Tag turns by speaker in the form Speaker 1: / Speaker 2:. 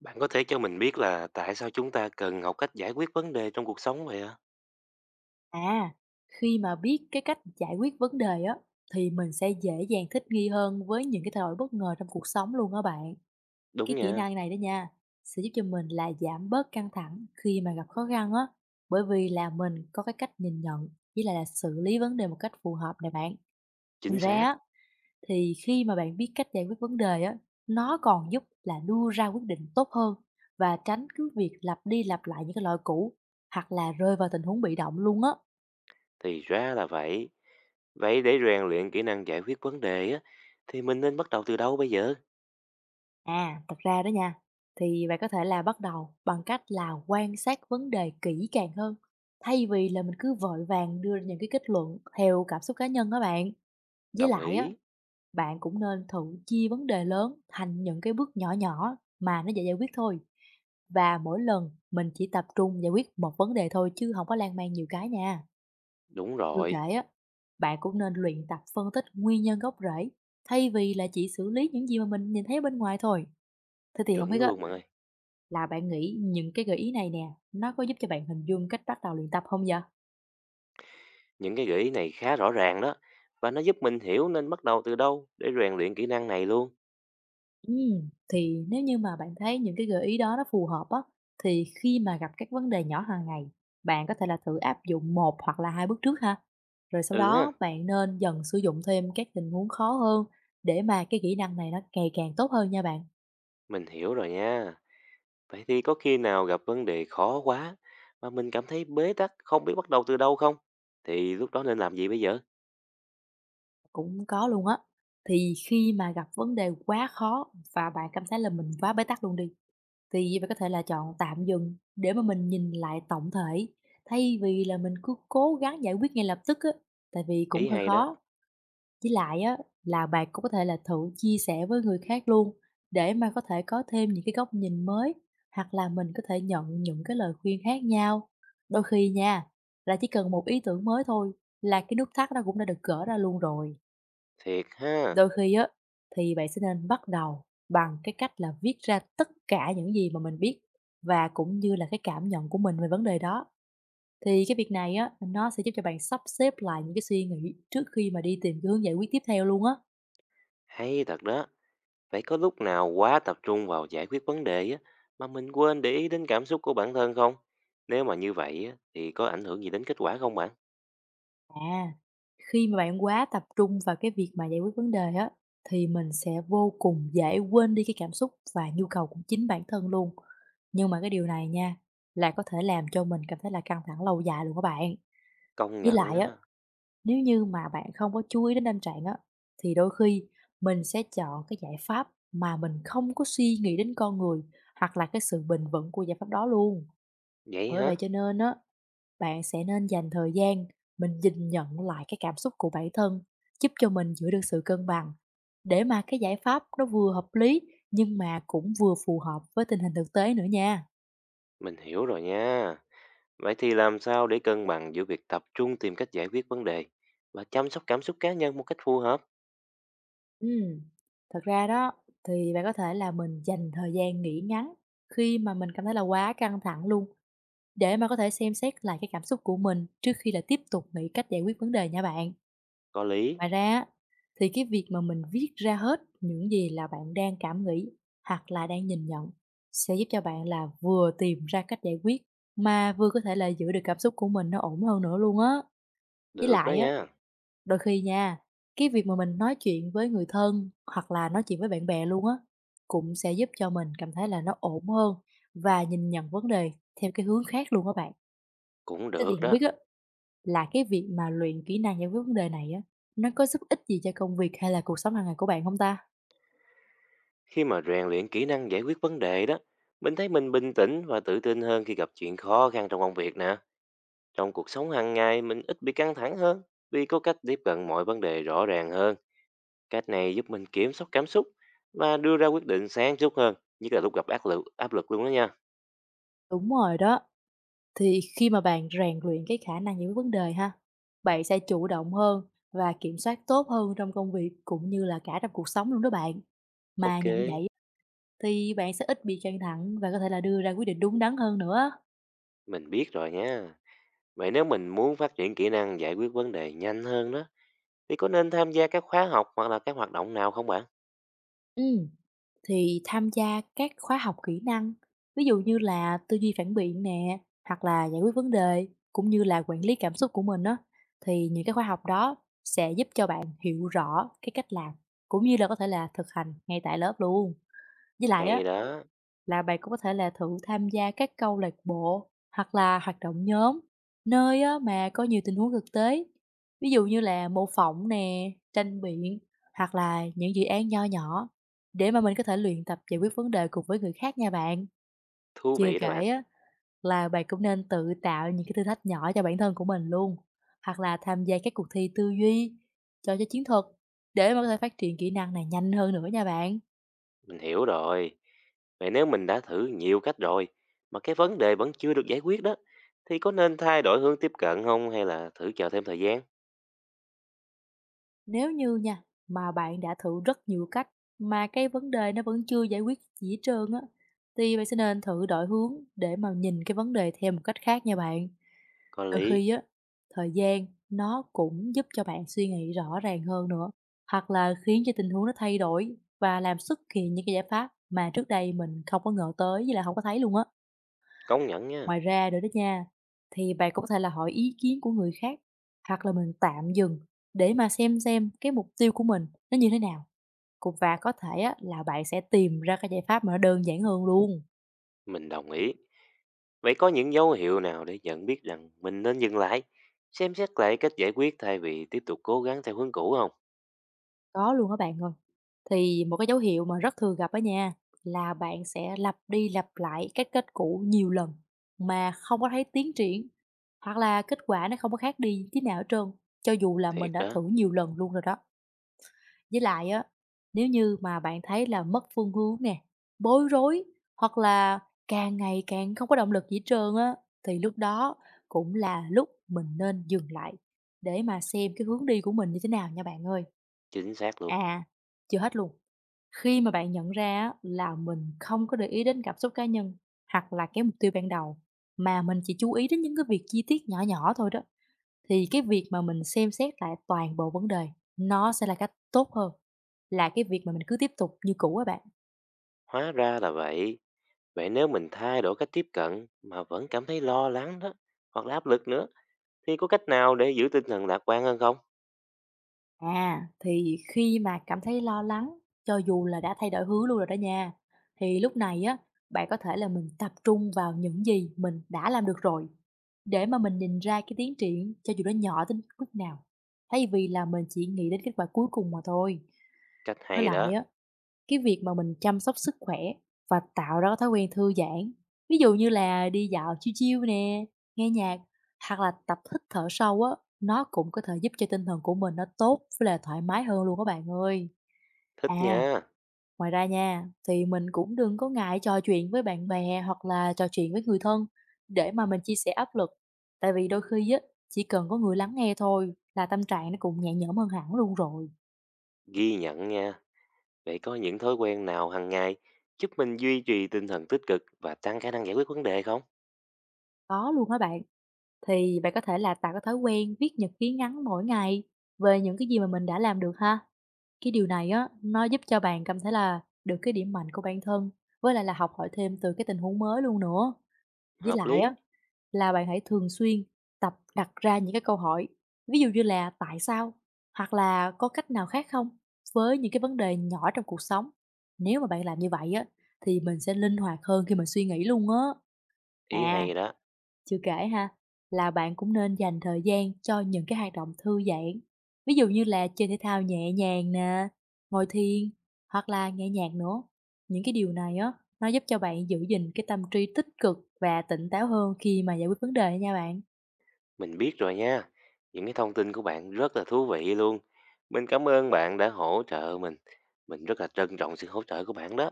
Speaker 1: Bạn có thể cho mình biết là tại sao chúng ta cần học cách giải quyết vấn đề trong cuộc sống vậy ạ?
Speaker 2: À, khi mà biết cái cách giải quyết vấn đề á thì mình sẽ dễ dàng thích nghi hơn với những cái thay đổi bất ngờ trong cuộc sống luôn á bạn.
Speaker 1: Đúng
Speaker 2: Cái kỹ
Speaker 1: nha,
Speaker 2: năng này đó nha sẽ giúp cho mình là giảm bớt căng thẳng khi mà gặp khó khăn á, bởi vì là mình có cái cách nhìn nhận với lại là xử lý vấn đề một cách phù hợp này bạn. Ngoài
Speaker 1: chính
Speaker 2: ra
Speaker 1: xác,
Speaker 2: á, thì khi mà bạn biết cách giải quyết vấn đề á, nó còn giúp là đưa ra quyết định tốt hơn và tránh cứ việc lặp đi lặp lại những cái lỗi cũ hoặc là rơi vào tình huống bị động luôn á.
Speaker 1: thì ra là vậy. Vậy để rèn luyện kỹ năng giải quyết vấn đề á, thì mình nên bắt đầu từ đâu bây giờ?
Speaker 2: À, thật ra đó nha, thì bạn có thể là bắt đầu bằng cách là quan sát vấn đề kỹ càng hơn, thay vì là mình cứ vội vàng đưa ra những cái kết luận theo cảm xúc cá nhân đó bạn. Với
Speaker 1: Đồng
Speaker 2: lại á,
Speaker 1: ý,
Speaker 2: bạn cũng nên thử chia vấn đề lớn thành những cái bước nhỏ nhỏ mà nó dễ giải quyết thôi. Và mỗi lần mình chỉ tập trung giải quyết một vấn đề thôi chứ không có lan man nhiều cái nha.
Speaker 1: đúng
Speaker 2: Chưa
Speaker 1: rồi,
Speaker 2: kể á, bạn cũng nên luyện tập phân tích nguyên nhân gốc rễ thay vì là chỉ xử lý những gì mà mình nhìn thấy ở bên ngoài thôi. Thế thì không
Speaker 1: chuẩn
Speaker 2: biết á,
Speaker 1: luôn bạn ơi.
Speaker 2: là bạn nghĩ những cái gợi ý này nè, nó có giúp cho bạn hình dung cách bắt đầu luyện tập không vậy?
Speaker 1: Những cái gợi ý này khá rõ ràng đó, và nó giúp mình hiểu nên bắt đầu từ đâu để rèn luyện kỹ năng này luôn.
Speaker 2: Thì nếu như mà bạn thấy những cái gợi ý đó nó phù hợp á, thì khi mà gặp các vấn đề nhỏ hàng ngày, bạn có thể là thử áp dụng một hoặc là 2 bước trước ha. Rồi sau
Speaker 1: Ừ ha,
Speaker 2: đó bạn nên dần sử dụng thêm các tình huống khó hơn để mà cái kỹ năng này nó ngày càng tốt hơn nha bạn.
Speaker 1: mình hiểu rồi nha. Vậy thì có khi nào gặp vấn đề khó quá mà mình cảm thấy bế tắc không biết bắt đầu từ đâu không? Thì lúc đó nên làm gì bây giờ?
Speaker 2: Cũng có luôn á. Thì khi mà gặp vấn đề quá khó và bạn cảm thấy là mình quá bế tắc luôn đi, thì bạn có thể là chọn tạm dừng để mà mình nhìn lại tổng thể, thay vì là mình cứ cố gắng giải quyết ngay lập tức á, tại vì cũng
Speaker 1: Ý
Speaker 2: hơi
Speaker 1: hay đó,
Speaker 2: khó. Với lại á, là bạn cũng có thể là thử chia sẻ với người khác luôn để mà có thể có thêm những cái góc nhìn mới, hoặc là mình có thể nhận những cái lời khuyên khác nhau. Đôi khi nha, là chỉ cần một ý tưởng mới thôi là cái nút thắt nó cũng đã được gỡ ra luôn rồi.
Speaker 1: thiệt ha,
Speaker 2: Đôi khi á, thì bạn sẽ nên bắt đầu bằng cái cách là viết ra tất cả những gì mà mình biết và cũng như là cái cảm nhận của mình về vấn đề đó. Thì cái việc này á, nó sẽ giúp cho bạn sắp xếp lại những cái suy nghĩ trước khi mà đi tìm cái hướng giải quyết tiếp theo luôn á.
Speaker 1: hay thật đó. Phải có lúc nào quá tập trung vào giải quyết vấn đề á, mà mình quên để ý đến cảm xúc của bản thân không? Nếu mà như vậy á, thì có ảnh hưởng gì đến kết quả không bạn?
Speaker 2: À, khi mà bạn quá tập trung vào cái việc mà giải quyết vấn đề á, thì mình sẽ vô cùng dễ quên đi cái cảm xúc và nhu cầu của chính bản thân luôn. Nhưng mà cái điều này nha, là có thể làm cho mình cảm thấy là căng thẳng lâu dài luôn các bạn.
Speaker 1: Công
Speaker 2: Với
Speaker 1: nhận
Speaker 2: lại á,
Speaker 1: đó.
Speaker 2: nếu như mà bạn không có chú ý đến tâm trạng á, thì đôi khi mình sẽ chọn cái giải pháp mà mình không có suy nghĩ đến con người hoặc là cái sự bền vững của giải pháp đó luôn.
Speaker 1: Vậy
Speaker 2: Bởi vậy
Speaker 1: hả?
Speaker 2: cho nên á, bạn sẽ nên dành thời gian mình nhìn nhận lại cái cảm xúc của bản thân, giúp cho mình giữ được sự cân bằng để mà cái giải pháp nó vừa hợp lý nhưng mà cũng vừa phù hợp với tình hình thực tế nữa nha.
Speaker 1: Mình hiểu rồi nha. Vậy thì làm sao để cân bằng giữa việc tập trung tìm cách giải quyết vấn đề và chăm sóc cảm xúc cá nhân một cách phù hợp?
Speaker 2: Ừm, thật ra đó, thì bạn có thể là mình dành thời gian nghỉ ngắn khi mà mình cảm thấy là quá căng thẳng luôn, để mà có thể xem xét lại cái cảm xúc của mình trước khi là tiếp tục nghĩ cách giải quyết vấn đề nha bạn.
Speaker 1: Có lý.
Speaker 2: Ngoài ra á, thì cái việc mà mình viết ra hết những gì là bạn đang cảm nghĩ hoặc là đang nhìn nhận sẽ giúp cho bạn là vừa tìm ra cách giải quyết mà vừa có thể là giữ được cảm xúc của mình nó ổn hơn nữa luôn á. Với
Speaker 1: Được đó
Speaker 2: lại á,
Speaker 1: nha.
Speaker 2: Đôi khi nha, cái việc mà mình nói chuyện với người thân hoặc là nói chuyện với bạn bè luôn á, cũng sẽ giúp cho mình cảm thấy là nó ổn hơn và nhìn nhận vấn đề theo cái hướng khác luôn á bạn.
Speaker 1: Cũng
Speaker 2: Thế thì
Speaker 1: được
Speaker 2: không
Speaker 1: đó.
Speaker 2: biết á, là cái việc mà luyện kỹ năng giải quyết vấn đề này á, nó có giúp ích gì cho công việc hay là cuộc sống hàng ngày của bạn không ta?
Speaker 1: Khi mà rèn luyện kỹ năng giải quyết vấn đề đó, mình thấy mình bình tĩnh và tự tin hơn khi gặp chuyện khó khăn trong công việc nè. Trong cuộc sống hàng ngày mình ít bị căng thẳng hơn vì có cách tiếp cận mọi vấn đề rõ ràng hơn. Cách này giúp mình kiểm soát cảm xúc và đưa ra quyết định sáng suốt hơn, nhất là lúc gặp áp lực luôn đó nha.
Speaker 2: Đúng rồi đó, thì khi mà bạn rèn luyện cái khả năng giải quyết vấn đề ha, bạn sẽ chủ động hơn và kiểm soát tốt hơn trong công việc cũng như là cả trong cuộc sống luôn đó bạn. Mà
Speaker 1: Ok,
Speaker 2: nhận vậy, Thì bạn sẽ ít bị căng thẳng và có thể là đưa ra quyết định đúng đắn hơn nữa.
Speaker 1: mình biết rồi nha. Vậy nếu mình muốn phát triển kỹ năng giải quyết vấn đề nhanh hơn đó, thì có nên tham gia các khóa học hoặc là các hoạt động nào không bạn?
Speaker 2: Ừ, Thì tham gia các khóa học kỹ năng, ví dụ như là tư duy phản biện nè, hoặc là giải quyết vấn đề, cũng như là quản lý cảm xúc của mình đó, thì những cái khóa học đó sẽ giúp cho bạn hiểu rõ cái cách làm, cũng như là có thể là thực hành ngay tại lớp luôn. Với lại á,
Speaker 1: Hay đó,
Speaker 2: là bạn cũng có thể là thử tham gia các câu lạc bộ hoặc là hoạt động nhóm nơi á, mà có nhiều tình huống thực tế, ví dụ như là mô phỏng nè, tranh biện, hoặc là những dự án nho nhỏ, để mà mình có thể luyện tập giải quyết vấn đề cùng với người khác nha bạn.
Speaker 1: thú
Speaker 2: Chưa
Speaker 1: vị đó bạn.
Speaker 2: kể á, là bạn cũng nên tự tạo những cái thử thách nhỏ cho bản thân của mình luôn, hoặc là tham gia các cuộc thi tư duy cho chiến thuật để mà có thể phát triển kỹ năng này nhanh hơn nữa nha bạn.
Speaker 1: Mình hiểu rồi. Vậy nếu mình đã thử nhiều cách rồi mà cái vấn đề vẫn chưa được giải quyết đó thì có nên thay đổi hướng tiếp cận không hay là thử chờ thêm thời gian?
Speaker 2: Nếu như nha, mà bạn đã thử rất nhiều cách mà cái vấn đề nó vẫn chưa giải quyết gì hết trơn á, thì bạn sẽ nên thử đổi hướng để mà nhìn cái vấn đề theo một cách khác nha bạn.
Speaker 1: Có
Speaker 2: Đôi
Speaker 1: lý,
Speaker 2: khi á, thời gian nó cũng giúp cho bạn suy nghĩ rõ ràng hơn nữa, hoặc là khiến cho tình huống nó thay đổi và làm xuất hiện những cái giải pháp mà trước đây mình không có ngờ tới, với là không có thấy luôn á.
Speaker 1: công nhận nha,
Speaker 2: Ngoài ra nữa đó nha, thì bạn cũng có thể là hỏi ý kiến của người khác hoặc là mình tạm dừng để mà xem cái mục tiêu của mình nó như thế nào. Cũng và có thể á, là bạn sẽ tìm ra cái giải pháp mà nó đơn giản hơn luôn.
Speaker 1: mình đồng ý. Vậy có những dấu hiệu nào để nhận biết rằng mình nên dừng lại, xem xét lại cách giải quyết thay vì tiếp tục cố gắng theo hướng cũ không?
Speaker 2: Có luôn các bạn ơi. Thì một cái dấu hiệu mà rất thường gặp đó nha, là bạn sẽ lặp đi lặp lại các kết cũ nhiều lần mà không có thấy tiến triển, hoặc là kết quả nó không có khác đi tí nào hết trơn, cho dù là mình
Speaker 1: Thiệt
Speaker 2: đã
Speaker 1: đó,
Speaker 2: thử nhiều lần luôn rồi đó. Với lại á, nếu như mà bạn thấy là mất phương hướng nè, bối rối, hoặc là càng ngày càng không có động lực gì hết trơn á, thì lúc đó cũng là lúc mình nên dừng lại để mà xem cái hướng đi của mình như thế nào nha bạn ơi.
Speaker 1: chính xác luôn.
Speaker 2: À, chưa hết luôn. Khi mà bạn nhận ra á, là mình không có để ý đến cảm xúc cá nhân hoặc là cái mục tiêu ban đầu, mà mình chỉ chú ý đến những cái việc chi tiết nhỏ nhỏ thôi đó, thì cái việc mà mình xem xét lại toàn bộ vấn đề nó sẽ là cách tốt hơn là cái việc mà mình cứ tiếp tục như cũ á bạn.
Speaker 1: Hóa ra là vậy. Vậy nếu mình thay đổi cách tiếp cận mà vẫn cảm thấy lo lắng đó hoặc là áp lực nữa thì có cách nào để giữ tinh thần lạc quan hơn không?
Speaker 2: À, thì khi mà cảm thấy lo lắng, cho dù là đã thay đổi hướng luôn rồi đó nha, thì lúc này á, bạn có thể là mình tập trung vào những gì mình đã làm được rồi, để mà mình nhìn ra cái tiến triển cho dù nó nhỏ đến mức nào, thay vì là mình chỉ nghĩ đến kết quả cuối cùng mà thôi.
Speaker 1: Cách
Speaker 2: Với
Speaker 1: hay
Speaker 2: lại
Speaker 1: đó,
Speaker 2: á, cái việc mà mình chăm sóc sức khỏe và tạo ra cái thói quen thư giãn, ví dụ như là đi dạo chill chill nè, nghe nhạc, hoặc là tập hít thở sâu á, nó cũng có thể giúp cho tinh thần của mình nó tốt với là thoải mái hơn luôn các bạn ơi.
Speaker 1: thích
Speaker 2: À,
Speaker 1: nha,
Speaker 2: ngoài ra nha, thì mình cũng đừng có ngại trò chuyện với bạn bè hoặc là trò chuyện với người thân để mà mình chia sẻ áp lực. Tại vì đôi khi á, chỉ cần có người lắng nghe thôi là tâm trạng nó cũng nhẹ nhõm hơn hẳn luôn rồi.
Speaker 1: ghi nhận nha. Vậy có những thói quen nào hàng ngày giúp mình duy trì tinh thần tích cực và tăng khả năng giải quyết vấn đề không?
Speaker 2: Có luôn hả bạn? Thì bạn có thể là tạo cái thói quen viết nhật ký ngắn mỗi ngày về những cái gì mà mình đã làm được ha. Cái điều này á, nó giúp cho bạn cảm thấy là được cái điểm mạnh của bản thân với lại là học hỏi thêm từ cái tình huống mới luôn nữa. Với
Speaker 1: Hợp
Speaker 2: lại á,
Speaker 1: lý,
Speaker 2: là bạn hãy thường xuyên tập đặt ra những cái câu hỏi, ví dụ như là "Tại sao?" hoặc là "Có cách nào khác không?" với những cái vấn đề nhỏ trong cuộc sống. Nếu mà bạn làm như vậy á, thì mình sẽ linh hoạt hơn khi mình suy nghĩ luôn á.
Speaker 1: ý
Speaker 2: À,
Speaker 1: hay đó,
Speaker 2: chưa kể ha, là bạn cũng nên dành thời gian cho những cái hoạt động thư giãn, ví dụ như là chơi thể thao nhẹ nhàng nè, ngồi thiền, hoặc là nghe nhạc nữa. Những cái điều này á, nó giúp cho bạn giữ gìn cái tâm trí tích cực và tỉnh táo hơn khi mà giải quyết vấn đề nha bạn.
Speaker 1: mình biết rồi nha. Những cái thông tin của bạn rất là thú vị luôn. Mình cảm ơn bạn đã hỗ trợ mình. Mình rất là trân trọng sự hỗ trợ của bạn đó.